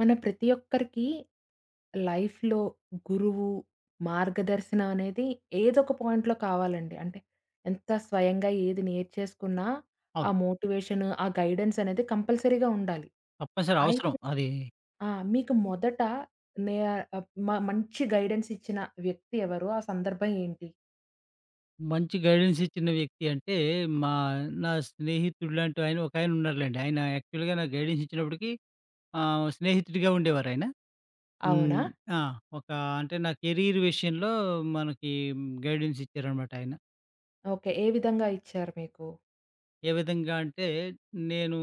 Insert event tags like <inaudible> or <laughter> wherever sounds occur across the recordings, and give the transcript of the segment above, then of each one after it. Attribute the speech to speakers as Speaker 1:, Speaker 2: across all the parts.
Speaker 1: మన ప్రతి ఒక్కరికి లైఫ్‌లో గురువు, మార్గదర్శనం అనేది ఏదో ఒక పాయింట్‌లో కావాలండి. అంటే ఎంత స్వయంగా ఏది నేర్చేసుకున్నా ఆ
Speaker 2: అవును.
Speaker 1: మోటివేషన్, ఆ గైడెన్స్ అనేది కంపల్సరీగా ఉండాలి.
Speaker 2: తప్పనిసరి
Speaker 1: అయితే
Speaker 2: అవసరం. అది
Speaker 1: ఆ! మీకు మొదట నే ఆహ్, మ మంచి గైడెన్స్ ఇచ్చిన వ్యక్తి ఎవరు? ఆ సందర్భం ఏంటి?
Speaker 2: మంచి గైడెన్స్ ఇచ్చిన వ్యక్తి అంటే, మా నా స్నేహితుడు లాంటి ఆయన ఒకాయన ఉన్నారులెండి. ఆయన యాక్చువల్‌గా నాకు గైడెన్స్ ఇచ్చినప్పటికి స్నేహితుడిగా ఉండేవారాయన. హ్మ్.
Speaker 1: అవునా?
Speaker 2: ఆ! ఒక అంటే నా కెరీర్ విషయంలో మనకి గైడెన్స్ ఇచ్చారనమాట ఆయన.
Speaker 1: ఓకే. ఏ విధంగా ఇచ్చారు మీకు?
Speaker 2: ఏ విధంగా అంటే, నేను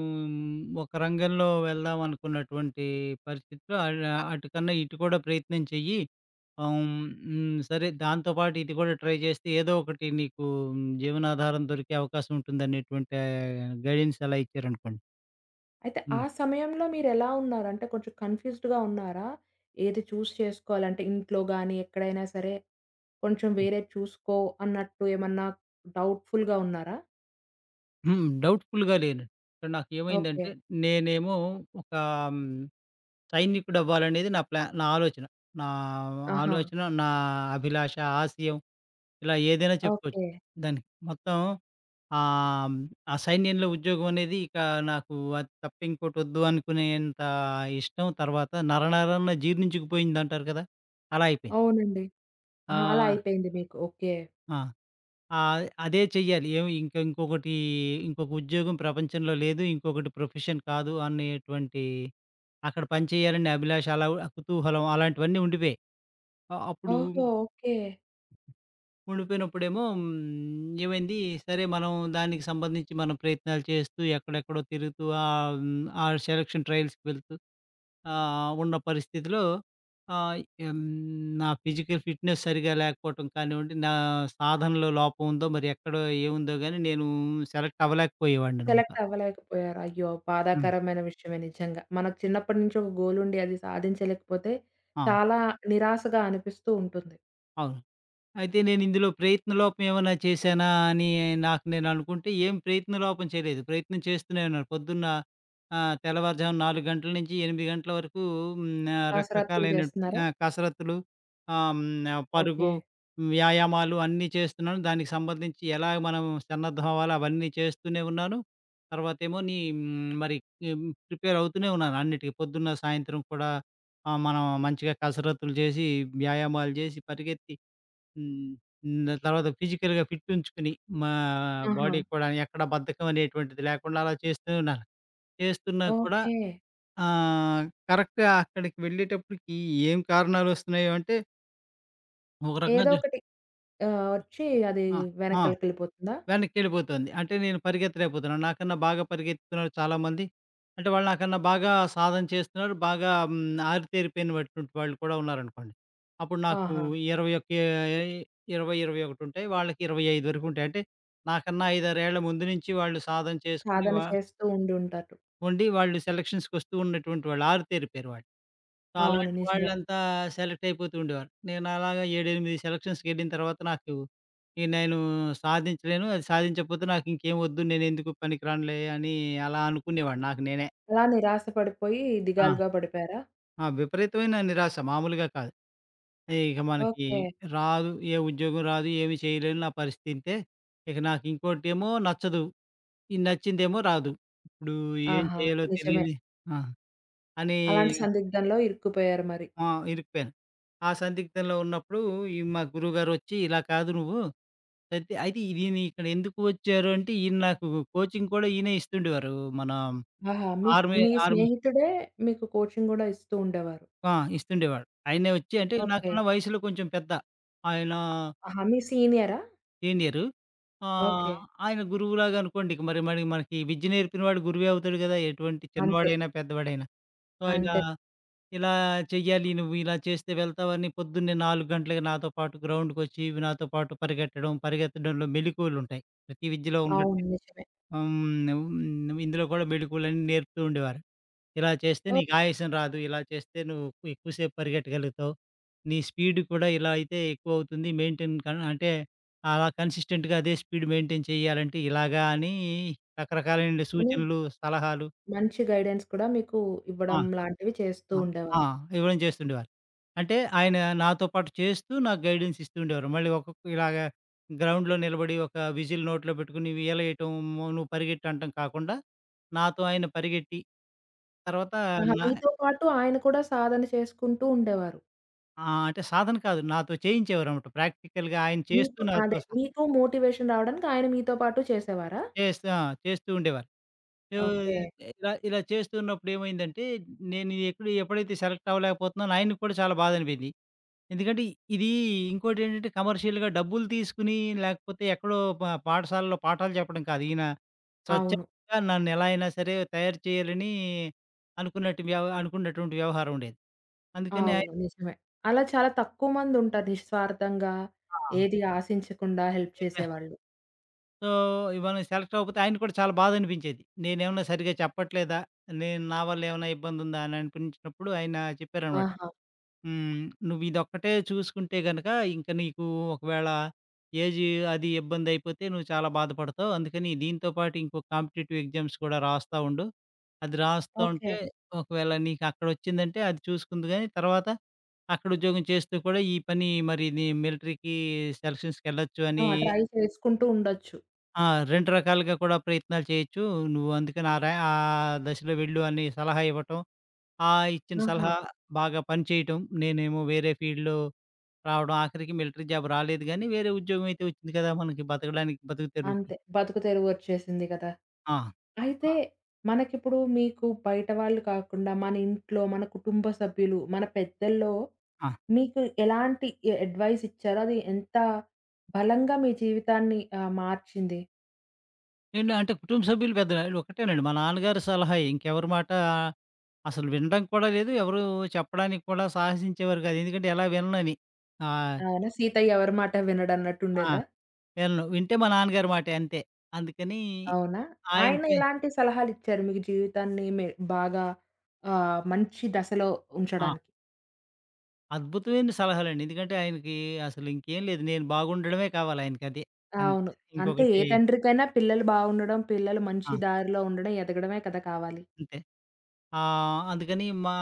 Speaker 2: ఒక రంగంలో వెళ్దాం అనుకున్నటువంటి పరిస్థితిలో అటు కన్నా ఇటు కూడా ప్రయత్నం చెయ్యి. ఆహ్, హ్మ్. సరే దాంతో పాటు ఇది కూడా ట్రై చేస్తే ఏదో ఒకటి నీకు జీవనాధారం దొరికే అవకాశం ఉంటుందనేటువంటి గైడెన్స్ అలా ఇచ్చారనుకోండి.
Speaker 1: అయితే ఆ
Speaker 2: హ్మ్.
Speaker 1: సమయంలో మీరెలా ఉన్నారు? అంటే కొంచెం కన్‌ఫ్యూజ్డ్‌గా ఉన్నారా? ఏది చూస్ చేసుకోవాలంటే ఇంట్లో గాని, ఎక్కడైనా సరే కొంచెం వేరేది చూసుకో అన్నట్టు ఏమన్నా డౌట్‌ఫుల్‌గా ఉన్నారా?
Speaker 2: హ్మ్. డౌట్‌ఫుల్‌గా లేను. ఇక్కడ
Speaker 1: ఓకే.
Speaker 2: నాకేమైందంటే నేనేమో ఒక హ్మ్, సైనికుడవ్వాలనేది నా ఆలోచన. నా
Speaker 1: ఆహా!
Speaker 2: ఆలోచన, నా అభిలాష, ఆశయం. ఇలా ఏదైనా చెప్పుకోవచ్చు.
Speaker 1: ఓకే.
Speaker 2: దానికి మొత్తం ఆహ్, ఆ సైన్యంలో ఉద్యోగం అనేది ఇక నాకు అది తప్ప ఇంకోటి వద్దు అనుకునేంత ఇష్టం. తర్వాత నరనరాన జీర్ణించుకుపోయిందంటారు కదా! అలా అయిపోయింది.
Speaker 1: అవునండి. ఆహా! అలా
Speaker 2: ఆహ్,
Speaker 1: అయిపోయింది మీకు. ఓకే.
Speaker 2: ఆ! అదే చెయ్యాలి. ఏమి ఇంక ఇంకొకటి ఇంకొక ఉద్యోగం ప్రపంచంలో లేదు. ఇంకొకటి ప్రొఫెషన్ కాదు అనేటువంటి అక్కడ పని చేయాలనే అభిలాష అలా కుతూహలం అలాంటివన్నీ ఉండిపోయాయి. అప్పుడు
Speaker 1: ఓహో! ఓకే.
Speaker 2: ఉండిపోయినప్పుడేమో ఏమైంది, సరే మనం దానికి సంబంధించి మనం ప్రయత్నాలు చేస్తూ, ఎక్కడెక్కడో తిరుగుతూ ఆ సెలక్షన్ ట్రయల్స్‌కి వెళ్తూ ఉన్న పరిస్థితిలో ఆహ్, హ్మ్, నా ఫిజికల్ ఫిట్‌నెస్ సరిగ్గా లేకపోవటం కానివ్వండి, నా సాధనలో లోపం ఉందో మరి ఎక్కడో ఏముందో గానీ నేను సెలెక్ట్ అవ్వలేకపోయేవాడిననమాట.
Speaker 1: సెలెక్ట్ అవ్వలేకపోయారు. అయ్యో!
Speaker 2: హ్మ్.
Speaker 1: బాధాకరమైన విషయమే నిజంగా. మనకు చిన్నప్పటి నుంచి ఒక గోల్ ఉండి అది సాధించలేకపోతే
Speaker 2: ఆ!
Speaker 1: చాలా నిరాశగా అనిపిస్తూ ఉంటుంది.
Speaker 2: అవును. అయితే నేనిందులో ప్రయత్నలోపం ఏమన్నా చేశానా అని నాకు నేననుకుంటే, ఏం ప్రయత్నలోపం చేయలేదు. ప్రయత్నం చేస్తూనే ఉన్నాను. పొద్దున్న తెల్లవారుజామున 4 గంటల నుంచి 8 గంటల వరకు హ్మ్.
Speaker 1: దాసరత్తులు
Speaker 2: రకరకాలైన
Speaker 1: చేస్తున్నారా?
Speaker 2: కసరత్తులు ఆహ్, హ్మ్.
Speaker 1: ఓకే.
Speaker 2: పరుగు, వ్యాయామాలు అన్నీ చేస్తున్నాను. దానికి సంబంధించి ఎలా మనం సన్నద్ధం అవ్వాలో అవన్నీ చేస్తూనే ఉన్నాను. తర్వాతేమో నీ హ్మ్. మరి హ్మ్. ప్రిపేర్ అవుతూనే ఉన్నాను అన్నిటికి. పొద్దున్న, సాయంత్రం కూడా మనం మంచిగా కసరత్తులు చేసి, వ్యాయామాలు చేసి పరిగెత్తి హ్మ్. హ్మ్. దాని తర్వాత ఫిజికల్‌గా ఫిట్ ఉంచుకుని, మా
Speaker 1: ఆహా!
Speaker 2: బాడీ కూడా ఎక్కడ బద్ధకం అనేటువంటిది లేకుండా అలా చేస్తూ ఉన్నాను. చేస్తున్నా కూడా
Speaker 1: ఓకే.
Speaker 2: ఆహ్, కరెక్ట్‌గా అక్కడికి వెళ్ళేటప్పటికి ఏం కారణాలొస్తున్నాయో అంటే, ఒక రకంగా
Speaker 1: ఏదో ఒకటి వచ్చి అది
Speaker 2: ఆ! ఆ!
Speaker 1: వెనకాలకెళ్ళిపోతుందా?
Speaker 2: వెనక్కెళ్ళిపోతుంది. అంటే నేను పరిగెత్తలేకపోతున్నాను. నాకన్నా బాగా పరిగెత్తుతున్నారు చాలామంది. అంటే వాళ్ళు నాకన్నా బాగా సాధన చేస్తున్నారు. బాగా ఆరితేరిపోయినటువంటి వాళ్ళు కూడా ఉన్నారనుకోండి. అప్పుడు నాకు
Speaker 1: ఆహా!
Speaker 2: 21 20, 21 ఉంటాయి. వాళ్ళకి 25 వరకు ఉంటాయి. అంటే నాకన్నా 5, 6 ఏళ్ల ముందు నుంచి వాళ్ళు సాధన చేసుకొని
Speaker 1: సాధన చేస్తూ ఉండుంటారు.
Speaker 2: ఉండి వాళ్ళు సెలక్షన్స్‌కొస్తూ ఉన్నటువంటి వాళ్ళు. ఆరితేరిపోయారు వాళ్ళు. సో,
Speaker 1: అవును.
Speaker 2: అలాంటి
Speaker 1: నిజమే.
Speaker 2: వాళ్ళంతా సెలెక్ట్ అయిపోతూ ఉండేవారు. నేను అలాగా 7, 8 సెలక్షన్స్‌కెళ్ళిన తర్వాత నాకు ఇక నేను సాధించలేను. అది సాధించకపోతే నాకు ఇంకేం వద్దు. నేనెందుకు పనికిరానులే అని అలా అనుకునేవాడిని నాకు నేనే.
Speaker 1: అలా నిరాశ పడిపోయి
Speaker 2: ఆ!
Speaker 1: దిగాలుగా పడిపోయారా?
Speaker 2: ఆ! విపరీతమైన నిరాశ మామూలుగా కాదు. ఇక మనకి
Speaker 1: ఓకే.
Speaker 2: రాదు, ఏ ఉద్యోగం రాదు, ఏమి చేయలేను నా పరిస్థితి ఇంతే. ఇక నాకు ఇంకోటేమో నచ్చదు. ఈ నచ్చిందేమో రాదు. ఇప్పుడు ఏం
Speaker 1: ఆహా!
Speaker 2: చేయాలో
Speaker 1: నిజమే.
Speaker 2: తెలియదు. ఆ! అని
Speaker 1: అలాంటి సందిగ్ధంలో ఇరుక్కుపోయారు మరి.
Speaker 2: ఆ! ఇరుక్కుపోయాను. ఆ సందిగ్ధంలో ఉన్నప్పుడు ఈ మా గురువుగారొచ్చి, "ఇలా కాదు నువ్వు". అయితే అయితే ఈయన ఇక్కడ ఎందుకు వచ్చారు అంటే, ఈయన నాకు కోచింగ్ కూడా ఈయనే ఇస్తుండేవారు. మన
Speaker 1: ఆహా!
Speaker 2: ఆర్మీ
Speaker 1: మీ
Speaker 2: ఆర్మీ
Speaker 1: స్నేహితుడే మీకు కోచింగ్ గూడా ఇస్తూ ఉండేవారు.
Speaker 2: ఆ! ఇస్తుండేవాడు. ఆయనే వచ్చి అంటే
Speaker 1: ఓకే.
Speaker 2: నాకన్నా వయసులో కొంచెం పెద్ద. ఆయన
Speaker 1: ఆహా! మీ సీనియరా?
Speaker 2: సీనియరు.
Speaker 1: ఓకే.
Speaker 2: ఆహ్, ఆయన గురువులాగా అనుకోండి. ఇక మరి మరి మనకి విద్య నేర్పినవాడు గురువే అవుతాడు కదా! ఎటువంటి
Speaker 1: అంతే.
Speaker 2: చిన్నవాడైనా, పెద్దవాడైనా. సో, ఆయన
Speaker 1: అంతే.
Speaker 2: ఇలా చెయ్యాలి నువ్వు ఇలా చేస్తే వెళ్తావని పొద్దున్నే 4 గంటలకి నాతో పాటు గ్రౌండ్‌కొచ్చి ఇవి నాతో పాటు పరిగెత్తడం, పరిగెత్తడంలో మెళకువలుంటాయి. ప్రతి విద్యలో
Speaker 1: అవును.
Speaker 2: ఉన్నట్టే
Speaker 1: నిజమే.
Speaker 2: హ్మ్, హ్మ్, ఇందులో కూడా మెళకువలన్నీ నేర్పుతూ ఉండేవారు. ఇలా చేస్తే
Speaker 1: ఓహ్!
Speaker 2: నీకు ఆయాసం రాదు. ఇలా చేస్తే నువ్వు ఎక్కువసేపు పరిగెట్టగలుగుతావు. నీ స్పీడ్ కూడా ఇలా అయితే ఎక్కువవుతుంది. మెయింటైన్ కన్ అంటే అలా కన్సిస్టెంట్‌గా అదే స్పీడ్ మెయింటైన్ చేయాలంటే ఇలాగా అని రకరకాలైన
Speaker 1: కానీ
Speaker 2: సూచనలు, సలహాలు.
Speaker 1: మంచి గైడెన్స్ కూడా మీకు ఇవ్వడం
Speaker 2: ఆ!
Speaker 1: లాంటివి చేస్తూ
Speaker 2: ఆ! ఆ!
Speaker 1: ఉండేవారు.
Speaker 2: ఇవ్వడం చేస్తుండేవారు. అంటే ఆయన నాతో పాటు చేస్తూ నాకు గైడెన్స్ ఇస్తూ ఉండేవారు. మళ్ళీ ఒక్కొక్క ఇలాగా గ్రౌండ్‌లో నిలబడి ఒక విజిల్ నోట్లో పెట్టుకొని ఉయ్యాలేయటం, నువ్వు పరిగెట్టు అనటం కాకుండా నాతో ఆయన పరిగెట్టి తర్వాత
Speaker 1: ఆహా!
Speaker 2: నా
Speaker 1: మీతో పాటు ఆయన కూడా సాధన చేసుకుంటూ ఉండేవారు.
Speaker 2: ఆ! అంటే సాధన కాదు. నాతో చేయించేవారన్నమాట. ప్రాక్టికల్‌గా ఆయన చేస్తూ
Speaker 1: మీకు
Speaker 2: నాతో
Speaker 1: అదే.
Speaker 2: సహా
Speaker 1: మీకు మోటివేషన్ రావడానికి ఆయన మీతో పాటు చేసేవారా?
Speaker 2: చేస్తూ ఆ! చేస్తూ ఉండేవారు. So,
Speaker 1: okay.
Speaker 2: ఇలా ఇలా చేస్తున్నప్పుడు ఏమైందంటే, నేను ఎప్పుడైతే సెలెక్ట్ అవ్వలేకపోతున్నానో ఆయనకి కూడా చాలా బాధ అనిపింది. ఎందుకంటే ఇది ఇంకోటేంటంటే కమర్షియల్‌గా డబ్బులు తీసుకొని, లేకపోతే ఎక్కడో పాఠశాలలో పాఠాలు చెప్పడం కాదు. ఈయన
Speaker 1: అవును.
Speaker 2: స్వచ్ఛంగా నన్ను ఎలా అయినా సరే తయారు చేయాలని అనుకున్నట్టు వ్యవ అనుకున్నటువంటి వ్యవహారం ఉండేది. అందుకని
Speaker 1: అవును.
Speaker 2: ఆయన
Speaker 1: నిజమే. అలా చాలా తక్కువ మందుంటారు నిస్వార్థంగా,
Speaker 2: ఆ!
Speaker 1: ఏది ఆశించకుండా హెల్ప్ చేసేవాళ్ళు.
Speaker 2: సో, మనం సెలెక్ట్ అవ్వకపోతే ఆయనకి కూడా చాలా బాధ అనిపించేది. నేనేమన్నా సరిగ్గా చెప్పట్లేదా? నేను నా వల్ల ఏమైనా ఇబ్బంది ఉందా? అని అనిపించినప్పుడు ఆయన చెప్పారనమాట.
Speaker 1: ఆహా!
Speaker 2: హ్మ్. నువ్విదొక్కటే చూసుకుంటే గనక, ఇంక నీకు ఒకవేళ ఏజీ అది ఇబ్బందయిపోతే నువ్వు చాలా బాధపడతావు. అందుకని దీంతో పాటు ఇంకో కాంపిటీటివ్ ఎగ్జామ్స్ కూడా రాస్తా ఉండు. అది రాస్తా
Speaker 1: ఓకే.
Speaker 2: ఉంటే ఒకవేళ నీకక్కడొచ్చిందంటే అది చూసుకుందు గానీ, తర్వాత అక్కడ ఉద్యోగం చేస్తూ కూడా ఈ పని మరి నీ మిలిటరీకి సెలక్షన్స్‌కెళ్ళొచ్చు అని
Speaker 1: ఆ! ట్రై చేసుకుంటూ ఉండొచ్చు.
Speaker 2: ఆ! 2 రకాలుగా కూడా ప్రయత్నాలు చేయొచ్చు. నువ్వు అందుకని ఆ దశలో వెళ్ళు అని సలహా ఇవ్వటం. ఆ ఇచ్చిన
Speaker 1: ఆహా!
Speaker 2: సలహా బాగా పనిచేయటం. నేనేమో వేరే ఫీల్డ్‌లో రావడం. ఆఖరికి మిలిటరీ జాబ్ రాలేదు గానీ, వేరే ఉద్యోగం అయితే వచ్చింది కదా! మనకి బతకడానికి బతుకు తెరువుకి.
Speaker 1: అంతే. బతుకు తెరువు వచ్చేసింది కదా!
Speaker 2: ఆ! ఆ!
Speaker 1: అయితే మనకిప్పుడు మీకు బయట వాళ్ళు కాకుండా, మన ఇంట్లో, మన కుటుంబ సభ్యులు, మన పెద్దల్లో
Speaker 2: ఆ!
Speaker 1: మీకు ఎలాంటి అడ్వైస్ ఇచ్చారు? అది ఎంత బలంగా మీ జీవితాన్ని మార్చింది?
Speaker 2: ఏండి అంటే కుటుంబ సభ్యులు పెద్ద ఒకటేనండి. మా నాన్నగారి సలహాయే. ఇంకెవరి మాట అసలు వినడం కూడా లేదు. ఎవరు చెప్పడానికి కూడా సాహసించేవారు కాదు. ఎందుకంటే ఎలా విననని. ఆహ్,
Speaker 1: అవునా? 'సీతయ్య ఎవరి మాట వినడన్నట్టు'
Speaker 2: ఆ!
Speaker 1: ఉండేదా?
Speaker 2: వినను. వింటే మా నాన్నగారి మాటే అంతే. అందుకని
Speaker 1: అవునా?
Speaker 2: ఆయన
Speaker 1: ఆయన ఎలాంటి సలహాలిచ్చారు మీకు జీవితాన్ని బాగా మంచి దశలో
Speaker 2: ఆ!
Speaker 1: ఉంచడానికి?
Speaker 2: అద్భుతమైన సలహాలండి. ఎందుకంటే ఆయనకి అసలు ఇంకేం లేదు. నేను బాగుండడమే కావాలి ఆయనకదే. అంతే
Speaker 1: అవును. అంతే ఏ
Speaker 2: ఇంకొకటి
Speaker 1: తండ్రికైనా పిల్లలు బాగుండడం, పిల్లలు
Speaker 2: ఆ!
Speaker 1: మంచి దారిలో ఉండడం, ఎదగడమే కదా కావాలి.
Speaker 2: అంతే. అందుకని మా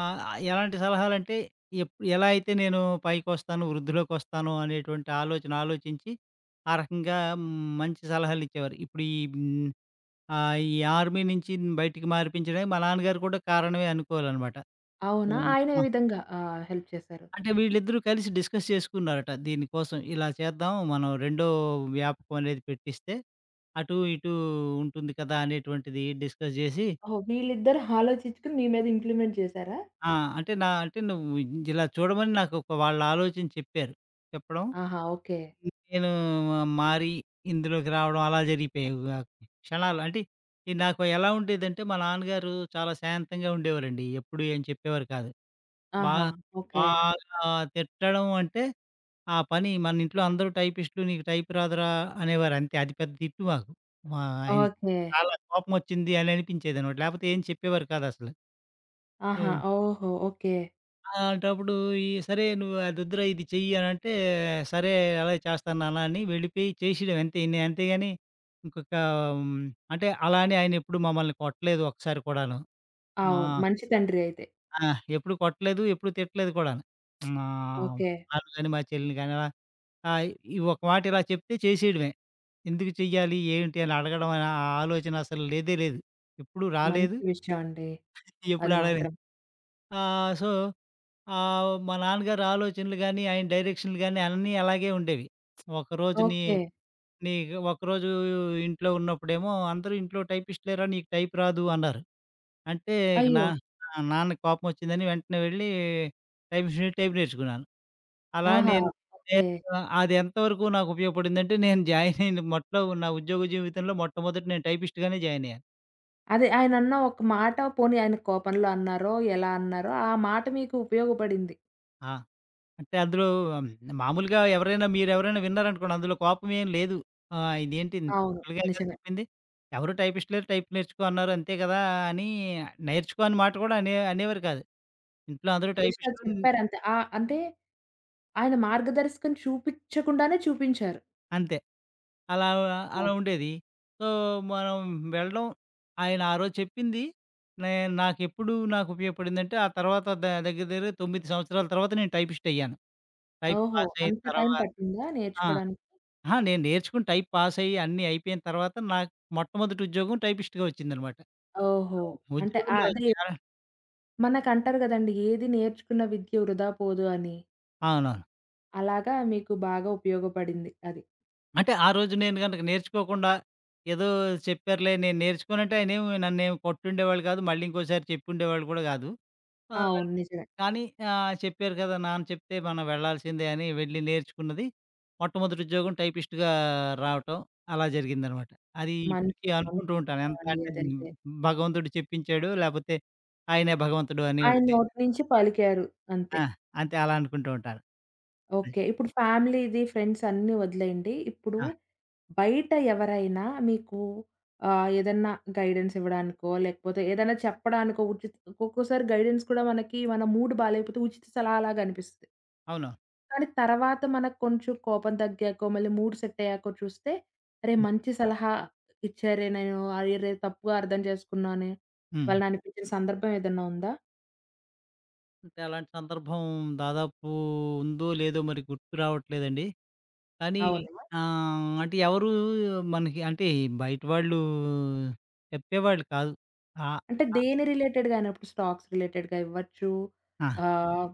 Speaker 2: ఎలాంటి సలహాలంటే, ఎలా అయితే నేను పైకొస్తాను, వృద్ధిలోకొస్తాను అనేటువంటి ఆలోచన ఆలోచించి, ఆ రకంగా మంచి సలహాలిచ్చేవారు. ఇప్పుడు ఈ ఈ ఆర్మీ నుంచి బయటికి మార్పించడానికి మా నాన్నగారు కూడా కారణమే అనుకోవాలనమాట.
Speaker 1: అవునా?
Speaker 2: హ్మ్.
Speaker 1: ఆయన
Speaker 2: ఆ!
Speaker 1: ఏ విధంగా హెల్ప్ చేశారు?
Speaker 2: అంటే వీళ్ళిద్దరూ కలిసి డిస్కస్ చేసుకున్నారట. దీనికోసం ఇలా చేద్దాం, మనం రెండో వ్యాపకం అనేది పెట్టిస్తే, అటు ఇటు ఉంటుంది కదా! అనేటువంటిది డిస్కస్ జేసి
Speaker 1: ఓహ్! వీళ్ళిద్దరు ఆలోచించుకొని మీ మీద ఇంప్లిమెంట్ చేశారా?
Speaker 2: ఆ! అంటే నువ్వు ఇలా చూడమని నాకు ఒక వాళ్ళ ఆలోచన చెప్పారు. చెప్పడం
Speaker 1: ఆహా! ఓకే.
Speaker 2: నేను మారి ఇందులోకి రావడం అలా జరిగిపోయాయి ఆ క్షణాలు. అంటే ఇది నాకు ఎలా ఉండేదంటే మా నాన్నగారు చాలా శాంతంగా ఉండేవారండి. ఎప్పుడు ఏం చెప్పేవారు కాదు. బా
Speaker 1: ఆహా! ఓకే.
Speaker 2: బాగా తిట్టడం అంటే ఆ పని మన ఇంట్లో అందరూ టైపిస్టులు నీకు టైప్ రాదురా అనేవారు అంతే. అది పెద్ద తిట్టు మాకు. మా ఆయనకి
Speaker 1: ఓకే.
Speaker 2: చాలా కోపమొచ్చింది అని అనిపించేదనమాట. లేకపోతే ఏం చెప్పేవారు కాదసలు. సో
Speaker 1: ఆహా! ఓహో! ఓకే.
Speaker 2: అలాంటప్పుడు ఈ సరే నువ్వు అదొద్దురా ఇది చెయ్యి అనంటే, సరే అలాగే చేస్తాను నాన్న అని వెళ్ళిపోయి చేసేయడం అంతే. అంతేగాని ఇంకొక హ్మ్, అంటే అలా అని ఆయన ఎప్పుడు మమ్మల్ని కొట్టలేదు ఒక్కసారి కూడాను.
Speaker 1: అవును.
Speaker 2: ఆహ్,
Speaker 1: మంచి తండ్రి అయితే.
Speaker 2: ఆ! ఎప్పుడు కొట్టలేదు, ఎప్పుడు తిట్టలేదు కూడాను. మా
Speaker 1: ఓకే.
Speaker 2: నన్ను గాని, మా చెల్లిని గాని అలా ఆహ్, ఈ ఒక మాట ఇలా చెప్తే చేసేయడమే. ఎందుకు చెయ్యాలి, ఏంటి అని అడగడం అనే ఆ ఆలోచన అసలు లేదే లేదు. ఎప్పుడు రాలేదు,
Speaker 1: మంచి విషయం అండి.
Speaker 2: ఎప్పుడు
Speaker 1: అది
Speaker 2: అడగలేదు.
Speaker 1: మాత్రం.
Speaker 2: సో, మా నాన్నగారి ఆలోచనలు గాని, ఆయన డైరెక్షన్‌లు గాని అన్నీ అలాగే ఉండేవి. ఒకరోజు నీ
Speaker 1: ఓకే.
Speaker 2: నీకు ఒకరోజు ఇంట్లో ఉన్నప్పుడేమో అందరూ ఇంట్లో టైపిస్ట్ లేరా నీకు టైప్ రాదు అన్నారు. అంటే ఇక నా
Speaker 1: అయ్యో!
Speaker 2: ఆ! నాన్నకి కోపం వచ్చిందని వెంటనే వెళ్ళి టైపిస్ట్ నుండి టైప్ నేర్చుకున్నాను. అలా
Speaker 1: ఆహా!
Speaker 2: నేను
Speaker 1: ఓకే.
Speaker 2: నేను అది ఎంతవరకు నాకు ఉపయోగపడిందంటే నేను జాయిన్ అయిన మొట్టలో నా ఉద్యోగ జీవితంలో మొట్టమొదట నేను టైపిస్ట్‌గానే జాయిన్ అయ్యాను.
Speaker 1: అదే ఆయనన్న ఒక మాట పోనీ ఆయన కోపంలో అన్నారో, ఎలా అన్నారో ఆ మాట మీకు ఉపయోగపడింది.
Speaker 2: ఆ! అంటే అందులో హ్మ్, మామూలుగా ఎవరైనా మీరెవరైనా విన్నారనుకోండి, అందులో కోపమేం లేదు. ఆ! ఇదేంటి ఇంత
Speaker 1: అవును.
Speaker 2: సింపుల్‌గా కదా
Speaker 1: నిజమే.
Speaker 2: చెప్పింది. ఎవరు టైపిస్ట్‌లే టైప్ నేర్చుకో అన్నారు అంతే కదా! అని నేర్చుకో అని మాట కూడా అనేవారు కాదు. ఇంట్లో అందరూ
Speaker 1: జస్ట్ అది
Speaker 2: టైపిస్టులు
Speaker 1: చెప్పారంతే. అంటే ఆయన మార్గదర్శకం చూపించకుండానే చూపించారు.
Speaker 2: అంతే. అలా
Speaker 1: అవును.
Speaker 2: అలా ఉండేది. సో, మనం వెళ్ళడం ఆయన ఆ రోజు చెప్పింది నే నాకెప్పుడు నాకు ఉపయోగపడిందంటే, ఆ తర్వాత దగ్గర దగ్గర 9 సంవత్సరాల తర్వాత నేను టైపిస్ట్ అయ్యాను. టైప్
Speaker 1: ఓహో!
Speaker 2: పాస్ అయిన
Speaker 1: అంత టైం
Speaker 2: తర్వాత
Speaker 1: పట్టిందా
Speaker 2: ఆ!
Speaker 1: నేర్చుకోడానికి?
Speaker 2: అహా! నేను నేర్చుకుని టైప్ పాస్ అయ్యి అన్నీ అయిపోయిన తర్వాత నాకు మొట్టమొదటి ఉద్యోగం టైపిస్ట్‌గా వచ్చిందనమాట.
Speaker 1: ఓహో! అంటే
Speaker 2: ఉద్యోగంలో
Speaker 1: అదే
Speaker 2: చేర
Speaker 1: మనకంటారు గదండీ! ఏది నేర్చుకున్న విద్య వృధా పోదు అని.
Speaker 2: అవునవును.
Speaker 1: అలాగా మీకు బాగా ఉపయోగపడింది అది.
Speaker 2: అంటే ఆ రోజు నేను గనక నేర్చుకోకుండా ఏదో చెప్పారులే నేను నేర్చుకోనంటే ఆయనేమి నన్నేమి కొట్టుండేవాళ్ళు కాదు. మళ్ళీ ఇంకోసారి చెప్పుండేవాళ్ళు కూడా కాదు. ఆ!
Speaker 1: అవును. నిజమే.
Speaker 2: కానీ చెప్పారు కదా! నాన్న చెప్తే మనం వెళ్ళాల్సిందే అని వెళ్ళి నేర్చుకున్నది. మొట్టమొదటి ఉద్యోగం టైపిస్ట్‌గా రావటం అలా జరిగిందనమాట. అది
Speaker 1: మంచి,
Speaker 2: ఇప్పటికీ
Speaker 1: మంచి
Speaker 2: అనుకుంటూ ఉంటాను.
Speaker 1: విషయం
Speaker 2: ఎంత
Speaker 1: అండి
Speaker 2: అంటే
Speaker 1: అదైతే.
Speaker 2: భగవంతుడు చెప్పించాడు. లేపోతే ఆయనే భగవంతుడు అని
Speaker 1: ఆయన నోటి నుంచి పలికారు అంతే.
Speaker 2: ఆ! అంతే అలా అనుకుంటూ ఉంటాను. హ్మ్.
Speaker 1: ఓకే. ఇప్పుడు ఫ్యామిలీది, ఫ్రెండ్స్ అన్నీ వదిలేయండి. ఇప్పుడు
Speaker 2: ఆ!
Speaker 1: బయట ఎవరైనా మీకు ఏదన్నా గైడెన్స్ ఇవ్వడానికో, లేకపోతే ఏదైనా చెప్పడానికో ఉచిత ఒక్కొక్కసారి గైడెన్స్ కూడా మనకి మన మూడ్ బాలేకపోతే ఉచిత సలహాలాగా అనిపిస్తది.
Speaker 2: అవును.
Speaker 1: కానీ తర్వాత మనకు కొంచెం కోపం తగ్గాకో, మళ్ళీ మూడ్ సెట్ అయ్యాకో చూస్తే, అరే!
Speaker 2: హ్మ్.
Speaker 1: మంచి సలహా ఇచ్చారే నేను అరే! తప్పుగా అర్థం చేసుకున్నానే,
Speaker 2: హ్మ్.
Speaker 1: వాళ్ళని అనిపించిన సందర్భం ఏదన్నా ఉందా?
Speaker 2: అంటే అలాంటి సందర్భం దాదాపు ఉందో, లేదో మరి గుర్తు రావట్లేదండి. కానీ
Speaker 1: అవునా?
Speaker 2: అంటే ఎవరు మనకి అంటే బయట వాళ్ళు చెప్పేవాళ్ళు కాదు. ఆహ్,
Speaker 1: అంటే
Speaker 2: ఆహ్,
Speaker 1: దేని రిలేటెడ్‌గా అయినా ఇప్పుడు స్టాక్స్ రిలేటెడ్‌గా ఇవ్వచ్చు.
Speaker 2: ఆ!
Speaker 1: ఆహ్,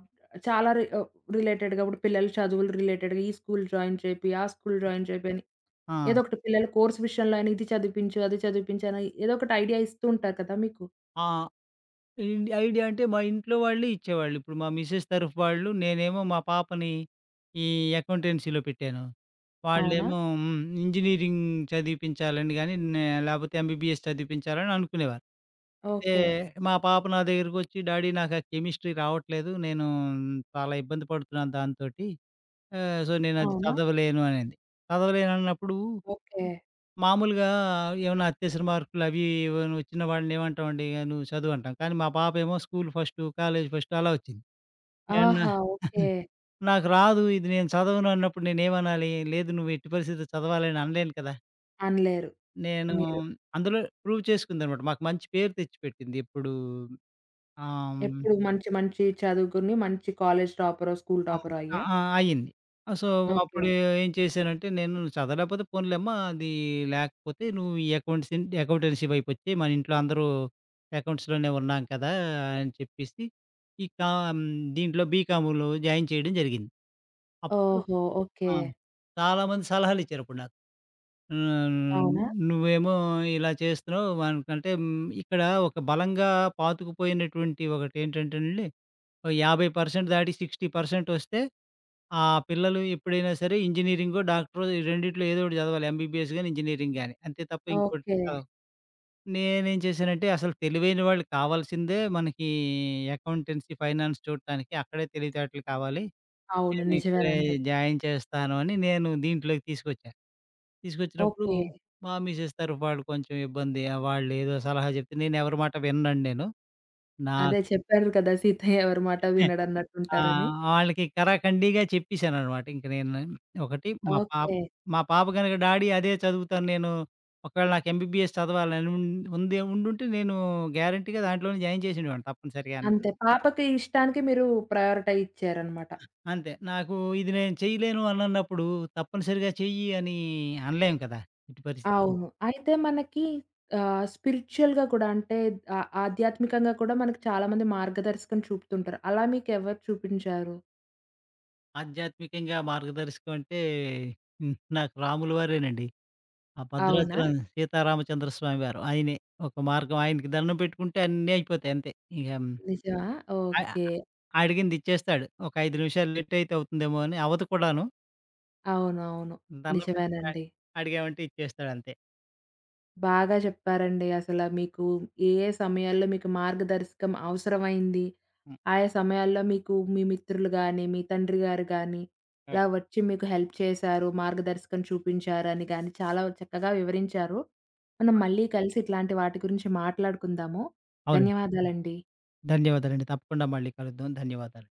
Speaker 1: చాలా రిలేటెడ్‌గా ఇప్పుడు పిల్లల చదువులు రిలేటెడ్‌గా ఈ స్కూల్ జాయిన్ చేపి, ఆ స్కూల్ జాయిన్ చేపి అని
Speaker 2: ఆ!
Speaker 1: ఏదో ఒకటి పిల్లల కోర్స్ విషయంలో అయినా ఇది చదివిపించు, అది చదివిపించు అని ఏదో ఒకటి ఐడియా ఇస్తూ ఉంటారు కదా మీకు.
Speaker 2: ఆ ఐడియా అంటే మా ఇంట్లో వాళ్ళే ఇచ్చేవాళ్ళు. ఇప్పుడు మా మిసెస్ తరఫు వాళ్ళు, నేనేమో మా పాపని ఈ అకౌంటెన్సీలో పెట్టాను.
Speaker 1: అవునా?
Speaker 2: వాళ్ళేమో ఇంజినీరింగ్ చదివిపించాలని గాని, లేకపోతే ఎంబీబీఎస్ చదివిపించాలని అనుకునేవారు. అయితే
Speaker 1: ఓకే.
Speaker 2: మా పాప నా దగ్గరకొచ్చి, "డాడీ నాకు ఆ కెమిస్ట్రీ రావట్లేదు. నేను చాలా ఇబ్బంది పడుతున్నాను దాంతోటి". సో, నేనది
Speaker 1: అవునా?
Speaker 2: చదవలేను అనేది. చదవలేను అన్నప్పుడు
Speaker 1: ఓకే.
Speaker 2: మామూలుగా ఏమన్నా అత్యవసర మార్కులు అవి ఏమైనా వచ్చిన వాళ్ళని ఏమంటామండి, ఇగ నువ్వు చదువు అంటాం. కానీ మా పాపేమో స్కూల్ ఫస్టు, కాలేజ్ ఫస్టు అలా వచ్చింది. నేను నా
Speaker 1: ఆహా! ఓకే.
Speaker 2: <laughs> నాకు రాదు ఇది నేను చదవను అన్నప్పుడు నేనేమనాలి? లేదు నువ్వు ఎట్టి పరిస్థితిలో చదవాలని అనలేను కదా!
Speaker 1: అనలేరు
Speaker 2: నేను
Speaker 1: మీరు.
Speaker 2: అందులో ప్రూవ్ చేసుకుందనమాట. మాకు మంచి పేరు తెచ్చిపెట్టింది ఎప్పుడు ఆహ్, హ్మ్.
Speaker 1: ఎప్పుడు మంచి మంచి చదువుకుని మంచి కాలేజ్ టాపరో, స్కూల్
Speaker 2: ఆ!
Speaker 1: టాపరో
Speaker 2: ఆ!
Speaker 1: అయ్యా?
Speaker 2: ఆ! అయింది. So,
Speaker 1: okay.
Speaker 2: అప్పుడు ఏం చేశానంటే నేను "నువ్వు చదవలేకపోతే పోనీలేమ్మా అది లేకపోతే నువ్వు ఈ అకౌంటెన్సీ వైపు వచ్చెయి. మన ఇంట్లో అందరూ అకౌంట్స్‌లోనే ఉన్నాం కదా!" అని చెప్పేసి ఈ కామ్ దీంట్లో బీకామ్‌లో జాయిన్ చేయడం జరిగింది. అప్పుడు
Speaker 1: ఓహో! ఓకే.
Speaker 2: ఆ! చాలామంది సలహాలిచ్చారప్పుడు నాకు. ఆహ్,
Speaker 1: అవునా?
Speaker 2: నువ్వేమో ఇలా చేస్తున్నావు మనకంటే ఇక్కడ ఒక బలంగా పాతుకుపోయినటువంటి ఒకటేంటంటేనండి, ఓ 50% దాటి 60% వస్తే ఆ పిల్లలు ఎప్పుడైనా సరే ఇంజినీరింగో, డాక్టరో ఈ రెండిట్లో ఏదో ఒకటి చదవాలి. ఎంబీబీఎస్ గాని, ఇంజినీరింగ్ గాని. అంతే తప్ప ఇంకోటి
Speaker 1: ఓకే.
Speaker 2: చదవ నేనేం చేశానంటే అసలు తెలివైన వాళ్ళు కావాల్సిందే మనకి అకౌంటెన్సీ, ఫైనాన్స్ చూడటానికి. అక్కడే తెలివితేటలు కావాలి.
Speaker 1: అవును.
Speaker 2: నేను ఇక్కడే
Speaker 1: నిజమేనండి.
Speaker 2: జాయిన్ చేస్తాను అని నేను దీంట్లోకి తీసుకొచ్చా. తీసుకొచ్చినప్పుడు
Speaker 1: ఓకే.
Speaker 2: మా మిసెస్ తరఫు వాళ్ళు కొంచెం ఇబ్బంది. వాళ్ళేదో సలహా చెప్తే నేనెవరి మాట విననండి నేను. నా
Speaker 1: అదే చెప్పారు కదా! సీతయ్య ఎవరి మాట
Speaker 2: <laughs> ఆ!
Speaker 1: వినడన్నట్టుంటారని.
Speaker 2: వాళ్ళకి కరాఖండిగా చెప్పేసాననమాట. ఇంక నేను ఒకటి
Speaker 1: ఓకే.
Speaker 2: మా పాప గనక డాడీ అదే చదువుతాను నేను ఒకవేళ నాకు ఎంబీబీఎస్ చదవాలని ఉంది ఉండుంటే నేను గ్యారంటీగా దాంట్లోనే జాయిన్ చేసేవాడిని తప్పనిసరిగాను.
Speaker 1: అంతే. పాపకి ఇష్టానికి మీరు ప్రయారిటీ ఇచ్చారనమాట.
Speaker 2: అంతే. నాకు ఇది నేను చేయలేను అనన్నప్పుడు తప్పనిసరిగా చెయ్యి అని అనలేం కదా! ఎట్టి పరిస్థితుల్లో.
Speaker 1: అవును. అయితే మనకి స్పిరిచ్యువల్‌గా కూడా అంటే ఆ ఆధ్యాత్మికంగా కూడా మనకు చాలా మంది మార్గదర్శకం చూపుతుంటారు. అలా మీకెవరు చూపించారు?
Speaker 2: ఆధ్యాత్మికంగా మార్గదర్శకం అంటే హ్మ్. నాకు రాముల వారేనండి. ఆ
Speaker 1: అవునా?
Speaker 2: భద్రాచలం సీతారామచంద్ర స్వామి వారు ఆయనే. ఒక మార్గం ఆయనకి దండం పెట్టుకుంటే అన్నీ అయిపోతాయి అంతే. ఇక
Speaker 1: నిజమా?
Speaker 2: అ
Speaker 1: ఓకే.
Speaker 2: అ అడిగింది ఇచ్చేస్తాడు. ఒక 5 నిమిషాలు లేట్ అయితే అవుతుందేమో అని అవ్వదు కూడాను.
Speaker 1: అవునవును.
Speaker 2: దండం పెట్టుకొని
Speaker 1: నిజమేనండి.
Speaker 2: అడిగామంటే ఇచ్చేస్తాడంతే.
Speaker 1: బాగా చెప్పారండి. అసల మీకు ఏ ఏ సమయాల్లో మీకు మార్గదర్శకం అవసరమైంది,
Speaker 2: హ్మ్.
Speaker 1: ఆయా సమయాల్లో మీకు మీ మిత్రులు గానీ, మీ తండ్రి గారు గానీ,
Speaker 2: హ్మ్.
Speaker 1: ఇలా వచ్చి మీకు హెల్ప్ చేశారు, మార్గదర్శకం చూపించారని గానీ, చాలా చక్కగా వివరించారు. మనం మళ్ళీ కలిసి ఇట్లాంటి వాటి గురించి మాట్లాడుకుందాము.
Speaker 2: అవునండి.
Speaker 1: ధన్యవాదాలండి.
Speaker 2: ధన్యవాదాలండి. తప్పకుండా మళ్ళీ కలుద్దాం. ధన్యవాదాలు.